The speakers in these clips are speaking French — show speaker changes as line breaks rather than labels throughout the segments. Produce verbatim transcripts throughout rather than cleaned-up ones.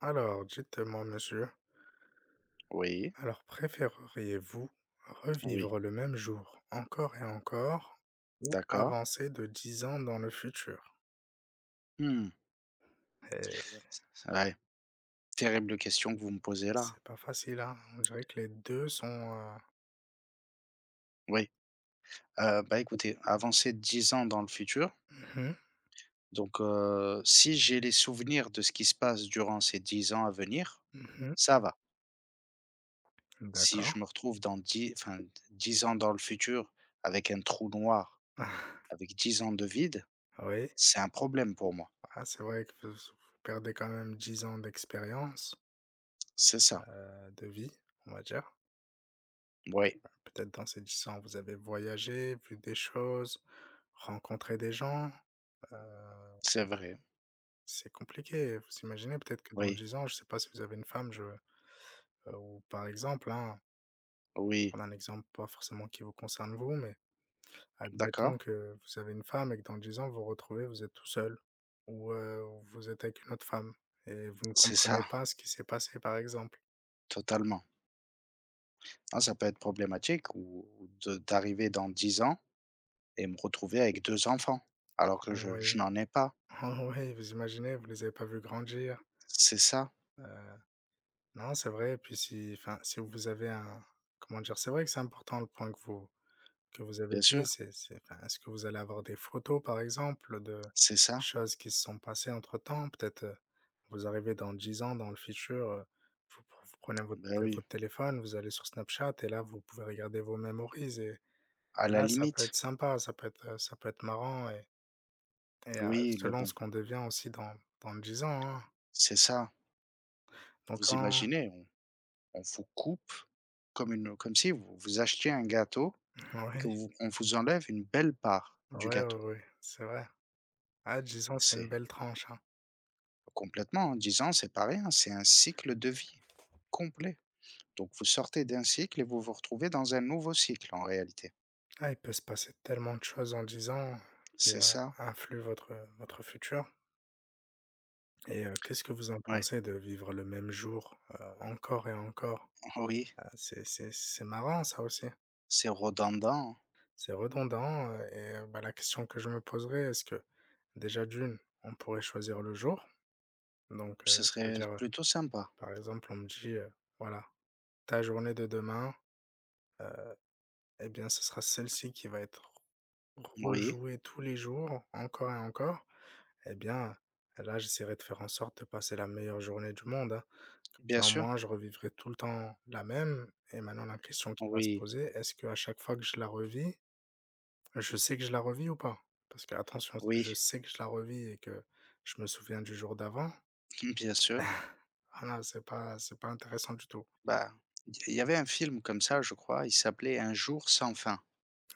Alors, dites-moi, monsieur,
Oui,
alors préféreriez-vous
oui,
revivre le même jour encore et encore ou
d'accord.
avancer de dix ans dans le futur?
Mmh.
Eh,
ouais, terrible question que vous me posez là.
c'est pas facile, hein? On dirait que les deux sont, heu
Oui, heu, bah, écoutez, avancer de dix ans dans le futur,
mmh
donc heu, si j'ai les souvenirs de ce qui se passe durant ces dix ans à venir,
mh,
ça va.
mmh,
Si
d'accord.
je me retrouve dans dix, enfin, dix ans dans le futur avec un trou noir, avec dix ans de vide,
Oui,
c'est un problème pour moi.
ah, c'est vrai que vous vous perdez quand même dix ans d'expérience,
C'est ça.
heu, de vie, on va dire.
Oui,
Peut-être dans ces dix ans, vous avez voyagé, vu des choses, rencontré des gens, heu
c'est vrai.
c'est compliqué. Vous imaginez peut-être que dans
Oui,
dix ans, je ne sais pas si vous avez une femme, je, heu, ou par exemple, hein,
oui,
prendre un exemple pas forcément qui vous concerne vous, mais
d'accord,
admettons que vous avez une femme et que dans dix ans, vous vous retrouvez, vous êtes tout seul ou heu, vous êtes avec une autre femme et vous ne
c'est
comprenez
ça,
pas ce qui s'est passé, par exemple.
totalement. Ah, ça peut être problématique ou ou de d'arriver dans dix ans et me retrouver avec deux enfants, alors que je
Oui,
je n'en ai pas.
oui, vous imaginez, vous les avez pas vus grandir,
C'est ça,
heu, non, c'est vrai puis si enfin, si vous avez un comment dire? C'est vrai que c'est important le point que vous Que vous avez
bien
dit,
sûr,
c'est c'est enfin, est-ce que vous allez avoir des photos, par exemple, de
c'est ça.
choses qui se sont passées entre-temps? Peut-être, heu, vous arrivez dans dix ans dans le futur, heu, vous pre vous prenez votre
Ben
té
oui,
votre téléphone, vous allez sur Snapchat et là, vous pouvez regarder vos memories et
à
et
la
là, ça peut être
limite,
sympa, ça peut être, heu, ça peut être marrant et et heu,
oui, mais
selon
bon,
ce qu'on devient aussi dans dans dix ans, hein.
c'est ça.
Donc
Vous
en
imaginez, on on vous coupe comme une comme si vous vous achetiez un gâteau et que
oui,
vous on vous enlève une belle part du
oui oui
gâteau.
ouais, c'est vrai. Ah, dix
Bah,
ans, c'est une
c'est
belle tranche, hein.
complètement, en dix ans, c'est pas rien, c'est un cycle de vie complet. Donc vous sortez d'un cycle et vous vous retrouvez dans un nouveau cycle, en réalité.
Ah, il peut se passer tellement de choses en dix ans qui, heu,
C'est ça.
influent votre, votre futur et heu, qu'est-ce que vous en
Oui,
pensez de vivre le même jour, heu, encore et encore?
oui,
Heu, c'est c'est c'est marrant ça aussi.
c'est redondant.
C'est redondant, heu et heu, bah, la question que je me poserais, est-ce que déjà d'une, on pourrait choisir le jour? Donc
Ce
heu,
serait
c'est-à-dire, heu,
plutôt sympa.
par exemple, on me dit, heu: «Voilà, ta journée de demain, eh bien, ce sera celle-ci qui va être
Oui,
rejouée tous les jours, encore et encore». Eh bien, là, j'essaierai de faire en sorte de passer la meilleure journée du monde, hein. Ça,
bien
au
sûr.
moins, je revivrai tout le temps la même. Et maintenant, la question qui va se
Oui,
poser, est-ce qu'à chaque fois que je la revis, je sais que je la revis ou pas? Parce que attention, si je
oui,
sais que je la revis et que je me souviens du jour d'avant,
bien sûr.
ah là, c'est pas, c'est pas intéressant du tout.
Bah, il y avait un film comme ça, je crois. Il s'appelait Un jour sans fin.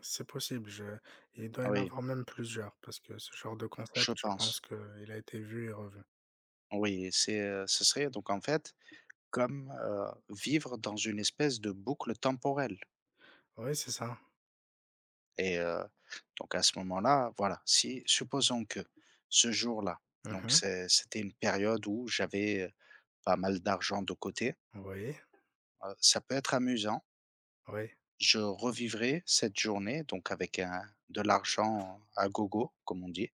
C'est possible, je... il doit y en
Oui,
avoir même plusieurs, parce que ce genre de concept,
je
je pense
pense.
qu'il a été vu et revu.
Oui, c'est, euh, ce serait donc en fait comme euh, vivre dans une espèce de boucle temporelle.
Oui, c'est ça.
Et euh, donc à ce moment-là, voilà, si supposons que ce jour-là, donc
Mhm.
c'est- c'était une période où j'avais euh, pas mal d'argent de côté,
Oui,
euh, ça peut être amusant.
oui,
Je revivrai cette journée donc avec un de l'argent à gogo, comme on dit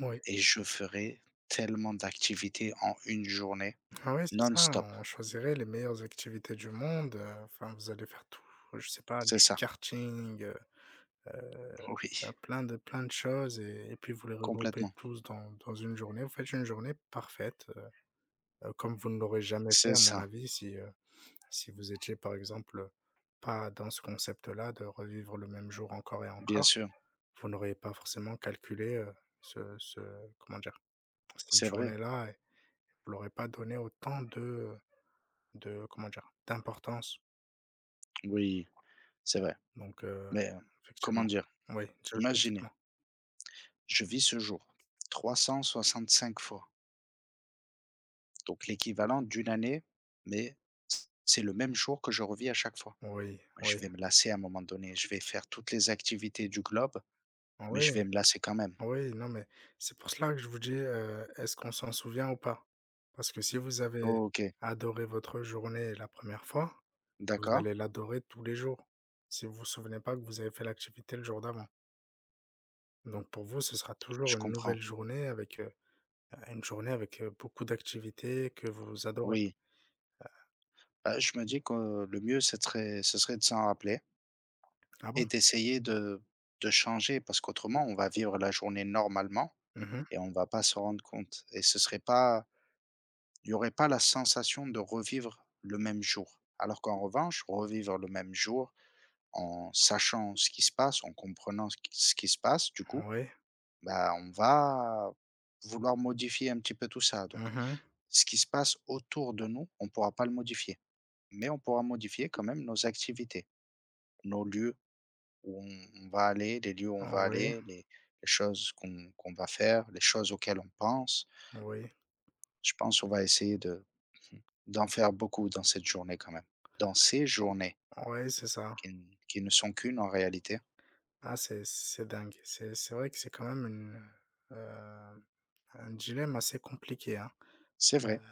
oui.
et je ferai tellement d'activités en une journée
Ah ouais, c'est ça,
non-stop.
on choisirait les meilleures activités du monde, heu, enfin, vous allez faire tout, je sais pas,
C'est
du
ça,
karting, heu heu,
oui,
plein de plein de choses et et puis vous les regroupez
complètement.
tous dans dans une journée. Vous faites une journée parfaite, heu, heu, comme vous ne l'aurez jamais fait
C'est
à mon
ça,
avis si, heu, si vous étiez par exemple, pas dans ce concept-là de revivre le même jour encore et
bien
encore.
sûr.
Vous n'auriez pas forcément calculé, heu, ce ce comment dire? Cette
C'est vrai,
journée-là et vous l'aurez pas donné autant de, De comment dire? D'importance
oui, c'est vrai.
donc heu,
Mais, heu, comment
effectivement.
dire?
Oui, je
Imaginez,
dites-moi.
je vis ce jour trois cent soixante cinq fois, donc l'équivalent d'une année, mais c'est le même jour que je revis à chaque fois.
Oui,
Je
oui,
vais me lasser à un moment donné, je vais faire toutes les activités du globe. Mais
oui,
je vais me lasser quand même.
oui, non mais c'est pour cela que je vous dis, heu, est-ce qu'on s'en souvient ou pas? Parce que si vous avez
OK,
adoré votre journée la première fois, vous
d'accord,
allez l'adorer tous les jours, si vous vous souvenez pas que vous avez fait l'activité le jour d'avant. Donc pour vous, ce sera toujours
je
une
comprends.
nouvelle journée avec, heu, une journée avec, heu, beaucoup d'activités que vous adorez.
Oui, bah, je me dis que euh, le mieux, ce serait ce serait de s'en rappeler
Ah bon?
et d'essayer de de changer parce qu'autrement, on va vivre la journée normalement
Mmh mh.
et on va pas se rendre compte et ce serait pas il y aurait pas la sensation de revivre le même jour. Alors qu'en revanche, revivre le même jour en sachant ce qui se passe, en comprenant ce qui ce qui se passe, du coup,
Oui.
bah, on va vouloir modifier un petit peu tout ça donc.
Mmh mh.
Ce qui se passe autour de nous, on ne pourra pas le modifier, mais on pourra modifier quand même nos activités, nos lieux où on on va aller, les lieux où on va
Oui,
aller, les les choses qu'on qu'on va faire, les choses auxquelles on pense.
oui.
Je pense qu'on va essayer de d'en faire beaucoup dans cette journée quand même. Dans ces journées
Ouais, c'est ça.
qui n qui ne sont qu'une en réalité.
Ah, c'est c'est dingue. C'est c'est vrai que c'est quand même une, heu, un dilemme assez compliqué, hein.
C'est
Heu,
vrai,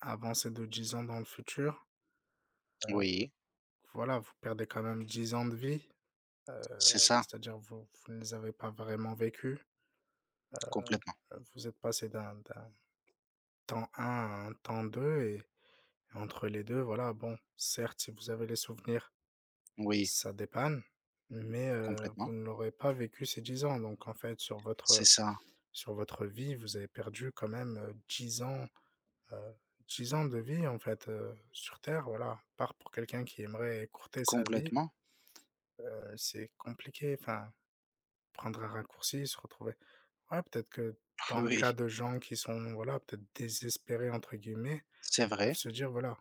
avancer de dix ans dans le futur, heu,
oui,
voilà, vous perdez quand même dix ans de vie,
c'est
heu,
ça,
c'est-à-dire vous vous ne les avez pas vraiment vécus.
complètement.
Heu, vous êtes passé d'un d'un temps un à un temps deux et et entre les deux voilà, bon, certes, si vous avez les souvenirs,
Oui,
ça dépanne, mais heu, vous
complètement.
ne l'aurez pas vécu ces dix ans. Donc en fait, sur
C'est
votre
ça,
sur votre vie, vous avez perdu quand même, heu, dix ans, heu, dix ans de vie, en fait, heu, sur terre, voilà. Par pour quelqu'un qui aimerait écourter sa vie,
complètement.
heu, c'est compliqué, enfin, prendre un raccourci, se retrouver ouais, peut-être que dans le
Oui,
cas de gens qui sont, voilà, peut-être «désespérés» entre guillemets,
c'est
ils peuvent
vrai.
se dire: «Voilà,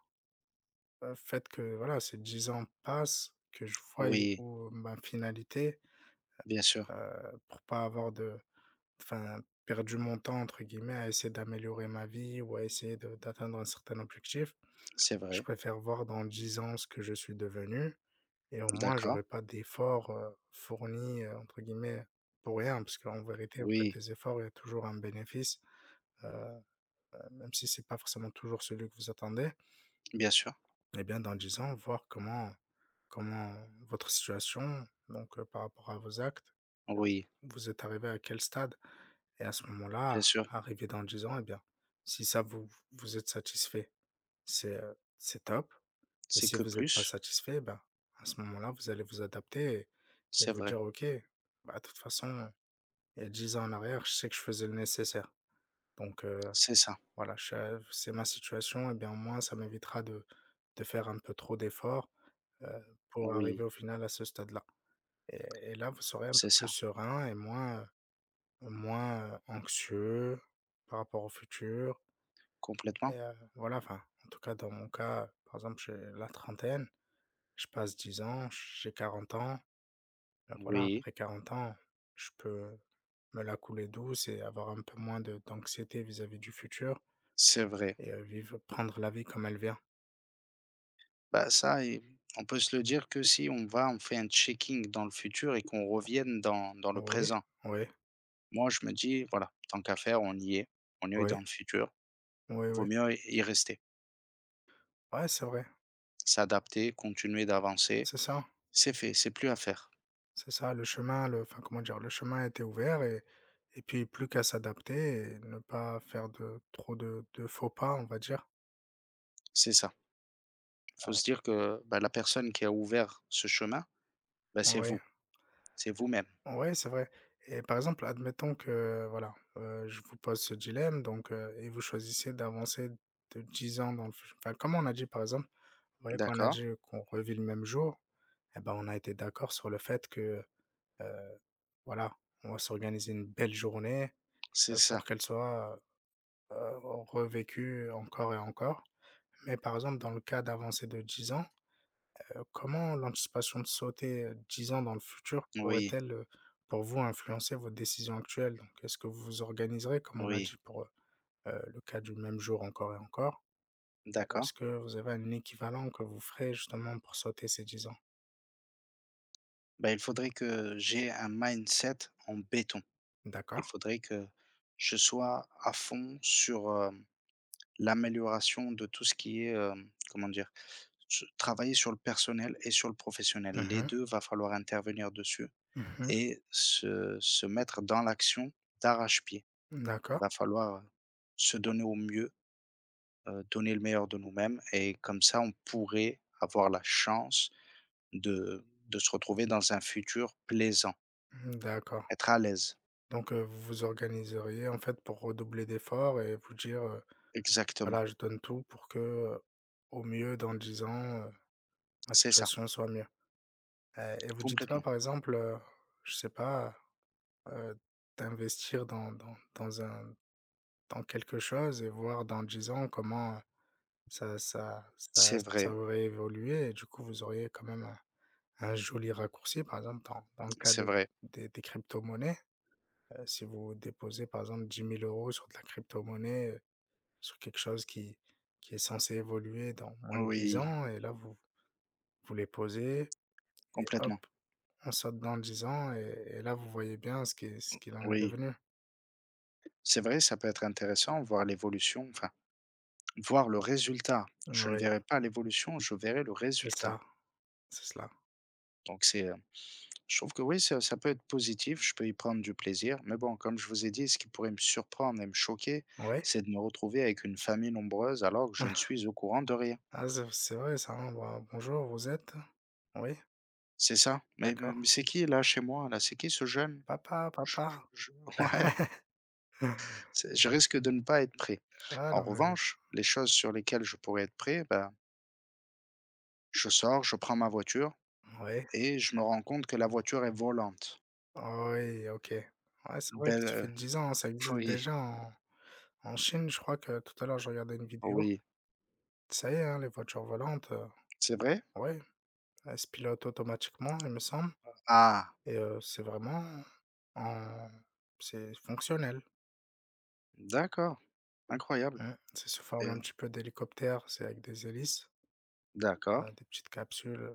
heu, faites que, voilà, ces dix ans passent, que je voie
Oui,
où ma finalité»,
bien sûr,
heu, pour pas avoir de enfin, perdu mon temps entre guillemets à essayer d'améliorer ma vie ou à essayer de d'atteindre un certain objectif.
c'est
Je
vrai.
préfère voir dans dix ans ce que je suis devenu et au moins
D'accord.
j'aurai pas d'efforts, heu, fournis, heu, entre guillemets, pour rien. Parce qu'en vérité, vous faites
Oui.
des efforts, il y a toujours un bénéfice, heu, même si c'est pas forcément toujours celui que vous attendez.
Bien sûr,
Et bien dans dix ans, voir comment comment votre situation, donc heu, par rapport à vos actes, heu,
oui,
vous êtes arrivé à quel stade? Et à ce
bien
moment-là,
sûr.
arrivé dans dix ans, eh bien, si ça vous vous êtes satisfait, c'est, heu, c'est top et
C'est
si
que
vous êtes pas
plus,
satisfait, ben, à ce moment-là, vous allez vous adapter et et
c'est
vous
vrai.
dire: «OK, bah, de toute façon, il y a dix ans en arrière, je sais que je faisais le nécessaire. Donc heu,
C'est ça,
voilà, je suis à c'est ma situation et bien, au moins, ça m'évitera de de faire un peu trop d'efforts, heu, pour arriver
oui,
au final à ce stade-là». Et et là, vous serez un peu
c'est
plus
ça.
serein et moins, heu, moins, heu, anxieux par rapport au futur
Complètement,
et heu, voilà, enfin, en tout cas, dans mon cas, par exemple, j'ai la trentaine, je passe dix ans, j'ai quarante ans, bah, voilà,
oui,
après quarante ans, je peux me la couler douce et avoir un peu moins de d'anxiété vis-à-vis du futur
c'est vrai.
et heu, vivre prendre la vie comme elle vient.
Bah ça, et on peut se le dire que si on va, on fait un checking dans le futur et qu'on revienne dans, dans le
Oui,
présent.
oui,
Moi, je me dis, voilà, tant qu'à faire, on y est, on y est
oui,
dans le futur.
oui,
Vaut
oui.
mieux y y rester,
Ouais, c'est vrai,
s'adapter, continuer d'avancer.
c'est ça.
C'est fait, c'est plus à faire.
C'est ça, le chemin le enfin, comment dire? Le chemin était ouvert et et puis plus qu'à s'adapter et ne pas faire de trop de de faux pas, on va dire.
C'est ça. Il faut
Ah.
se dire que bah, la personne qui a ouvert ce chemin, bah, c'est
Ouais,
vous, c'est vous-même.
ouais, c'est vrai et par exemple, admettons que, voilà, heu, je vous pose ce dilemme donc heu et vous choisissez d'avancer de dix ans dans le futu enfin, comme on a dit, par exemple, vous voyez, quand on a
D'accord?
dit qu'on revit le même jour et ben, on a été d'accord sur le fait que, heu, voilà, on va s'organiser une belle journée,
C'est
heu, pour
ça.
qu'elle soit heu, revécu encore et encore. Mais par exemple, dans le cas d'avancées de dix ans, heu, comment l'anticipation de sauter, heu, dix ans dans le futur
Oui,
pourrait-elle, heu, pour vous, influencer vos décisions actuelles? Donc est-ce que vous vous organiserez, comme on l'a
oui,
dit pour, heu le cas du même jour encore et encore? Euh,
d'accord.
est-ce que vous avez un équivalent que vous ferez justement pour sauter ces dix ans?
Bah, il faudrait que j'ai un mindset en béton. Il
D'accord.
faudrait que je sois à fond sur euh, l'amélioration de tout ce qui est, euh, comment dire, su- travailler sur le personnel et sur le professionnel.
Mmh
Les
mh.
deux, va falloir intervenir dessus
Mmh
et se, se mettre dans l'action d'arrache-pied. Il
d'accord.
va falloir euh, se donner au mieux, euh, donner le meilleur de nous-mêmes et comme ça, on pourrait avoir la chance De de se retrouver dans un futur plaisant,
Mmh, d'accord.
être à l'aise.
Donc, heu, vous vous organiseriez en fait pour redoubler d'efforts et vous dire, euh,
Exactement,
voilà, je donne tout pour que, heu, au mieux dans dix ans, heu, ma
c'est ça,
situation soit mieux. Heu et vous dites pas
complètement.
par exemple, heu, je sais pas, heu, d'investir dans dans dans un dans quelque chose et voir dans dix ans comment, heu, ça ça ça
C'est
ça
vrai,
aurait évolué et du coup vous auriez quand même un un joli raccourci par exemple dans dans le cas
c'est
des
vrai.
des des cryptomonnaies, heu, si vous déposez par exemple dix mille euros sur de la cryptomonnaie, heu, sur quelque chose qui qui est censé évoluer dans moins de dix
Oui,
ans et là vous vous les posez et
complètement,
hop, on saute dans le gisant et et là vous voyez bien ce qui ce qu'il en est
oui.
devenu.
C'est vrai, ça peut être intéressant, voir l'évolution, enfin, voir le résultat. Je ne
Oui,
verrai pas l'évolution, je verrai le
c'est ça,
résultat.
c'est cela.
Donc c'est, heu, je trouve que oui, ça ça peut être positif, je peux y prendre du plaisir, mais bon, comme je vous ai dit, ce qui pourrait me surprendre et me choquer,
Oui.
c'est de me retrouver avec une famille nombreuse alors que je ne suis au courant de rien.
Ah c'est c'est vrai ça, hein. Bon, «Bonjour, vous êtes?» «Oui,
C'est ça. Mais mais
d'accord.»
c'est qui là chez moi là? C'est qui ce jeune?
«Papa,
Je je
papa.»
je ouais, c'est je risque de ne pas être prêt.
Ah
En
non mais
revanche, les choses sur lesquelles je pourrais être prêt, ben, je sors, je prends ma voiture
oui.
et je me rends compte que la voiture est volante.
Oui, OK. Ouais, c'est vrai que
Belle,
tu fais
heu,
dix ans, hein, ça existe
oui,
déjà en en Chine. Je crois que tout à l'heure je regardais une vidéo.
oui.
Ça y est, hein, les voitures volantes, heu,
C'est vrai?
ouais, elles se pilotent automatiquement, il me semble.
Ah,
Et heu, c'est vraiment en c'est fonctionnel.
d'accord, incroyable
Mmh. C'est sous forme
et
un petit peu d'hélicoptère, c'est avec des hélices,
d'accord,
heu, des petites capsules,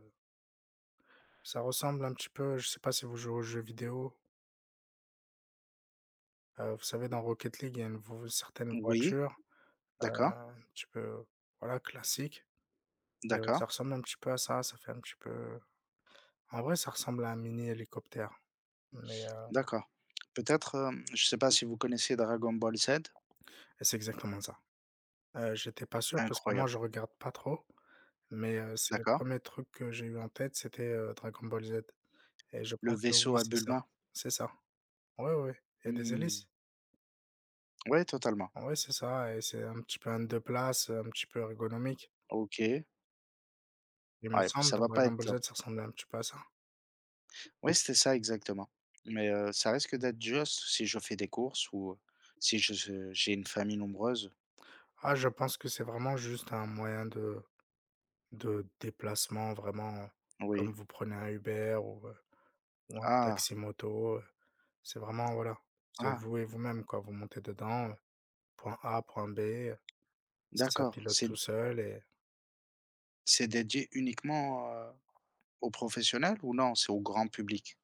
ça ressemble un petit peu, je sais pas si vous jouez aux jeux vidéo, heu, vous savez dans Rocket League, il y a une vo certaine
oui,
voiture, heu,
d'accord,
un petit peu, voilà, classique et heu,
d'accord,
ça ressemble un petit peu à ça, ça fait un petit peu en vrai, ça ressemble à un mini hélicoptère mais heu
d'accord. Peut-être, hem, je ne sais pas si vous connaissez Dragon Ball Z?
et c'est exactement ça. Heu, j'étais pas sûr parce que moi
Incroyable,
je regarde pas trop. Mais heu, c'est le
d'accord.
premier truc que j'ai eu en tête, c'était, heu, Dragon Ball Z et je
Le
pense que
vaisseau
oui,
à
c'est ça.
Bulma?
C'est ça. Ouais, ouais, ouais. Il y a des
Mmh.
hélices.
Ouais, totalement.
Ouais, c'est ça et c'est un petit peu un deux places, un petit peu ergonomique.
OK.
Il me
Ouais,
semble,
ça
dans
va pas
Dragon
être
Ball
top.
Z, ça ressemblait un petit peu à ça.
Oui, c'était ça exactement. Mais, heu, ça risque d'être juste si je fais des courses ou si je je j'ai une famille nombreuse.
Ah, je pense que c'est vraiment juste un moyen de de déplacement vraiment euh, comme
Oui.
vous prenez un Uber ou, heu, ou un
Ah!
taxi-moto, heu, c'est vraiment voilà, c'est
Ah!
vous et vous-même, quoi. Vous montez dedans, heu, point A, point B, heu, ça
D'accord.
pilote
C'est
tout seul.
c'est dédié uniquement, heu, aux professionnels ou non, c'est au grand public?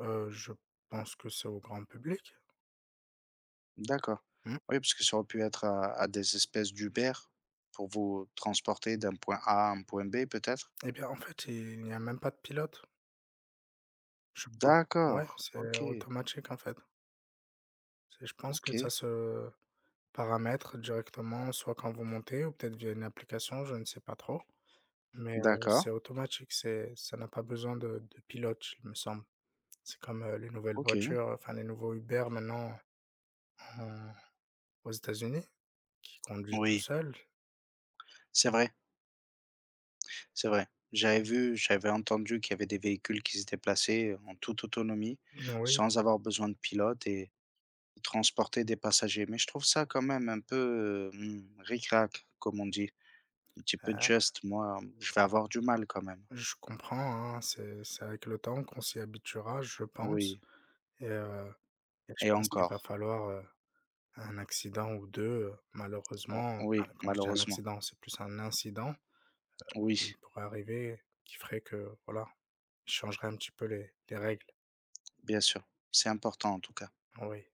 Heu, je pense que c'est au grand public.
D'accord.
Mmh.
Oui, parce que ça aurait pu être à à des espèces d'Uber pour vous transporter d'un point A à un point B peut-être?
Et bien, en fait, il n'y a même pas de pilote, je crois. Ouais,
D'accord.
c'est
OK.
automatique, en fait. C'est je pense que
OK.
ça se paramètre directement, soit quand vous montez ou peut-être via une application, je ne sais pas trop. Mais, heu,
D'accord.
c'est automatique, c'est ça n'a pas besoin de de pilote, il me semble. C'est comme, heu, les nouvelles
OK.
voitures, enfin les nouveaux Uber maintenant en aux États-Unis qui conduisent tout
Oui,
seuls.
c'est vrai. C'est vrai. J'avais vu, j'avais entendu qu'il y avait des véhicules qui se déplaçaient en toute autonomie,
Oui.
sans avoir besoin de pilote et ils transportaient des passagers. Mais je trouve ça quand même un peu euh, ric comme on dit. Un petit peu
ah,
juste. Moi, je vais avoir du mal quand même.
Je comprends, hein, c'est c'est avec le temps qu'on s'y habituera, je pense
Oui.
et heu et je
Et
pense qu'il va
encore.
falloir, heu, un accident ou deux, heu,
O-
malheureusement,
Oui,
enfin, quand je dis un
malheureusement.
accident, c'est plus un incident
Oui,
qui pourrait arriver, qui ferait que, voilà, je changerais un petit peu les les règles,
bien sûr. C'est important en tout cas.
oui.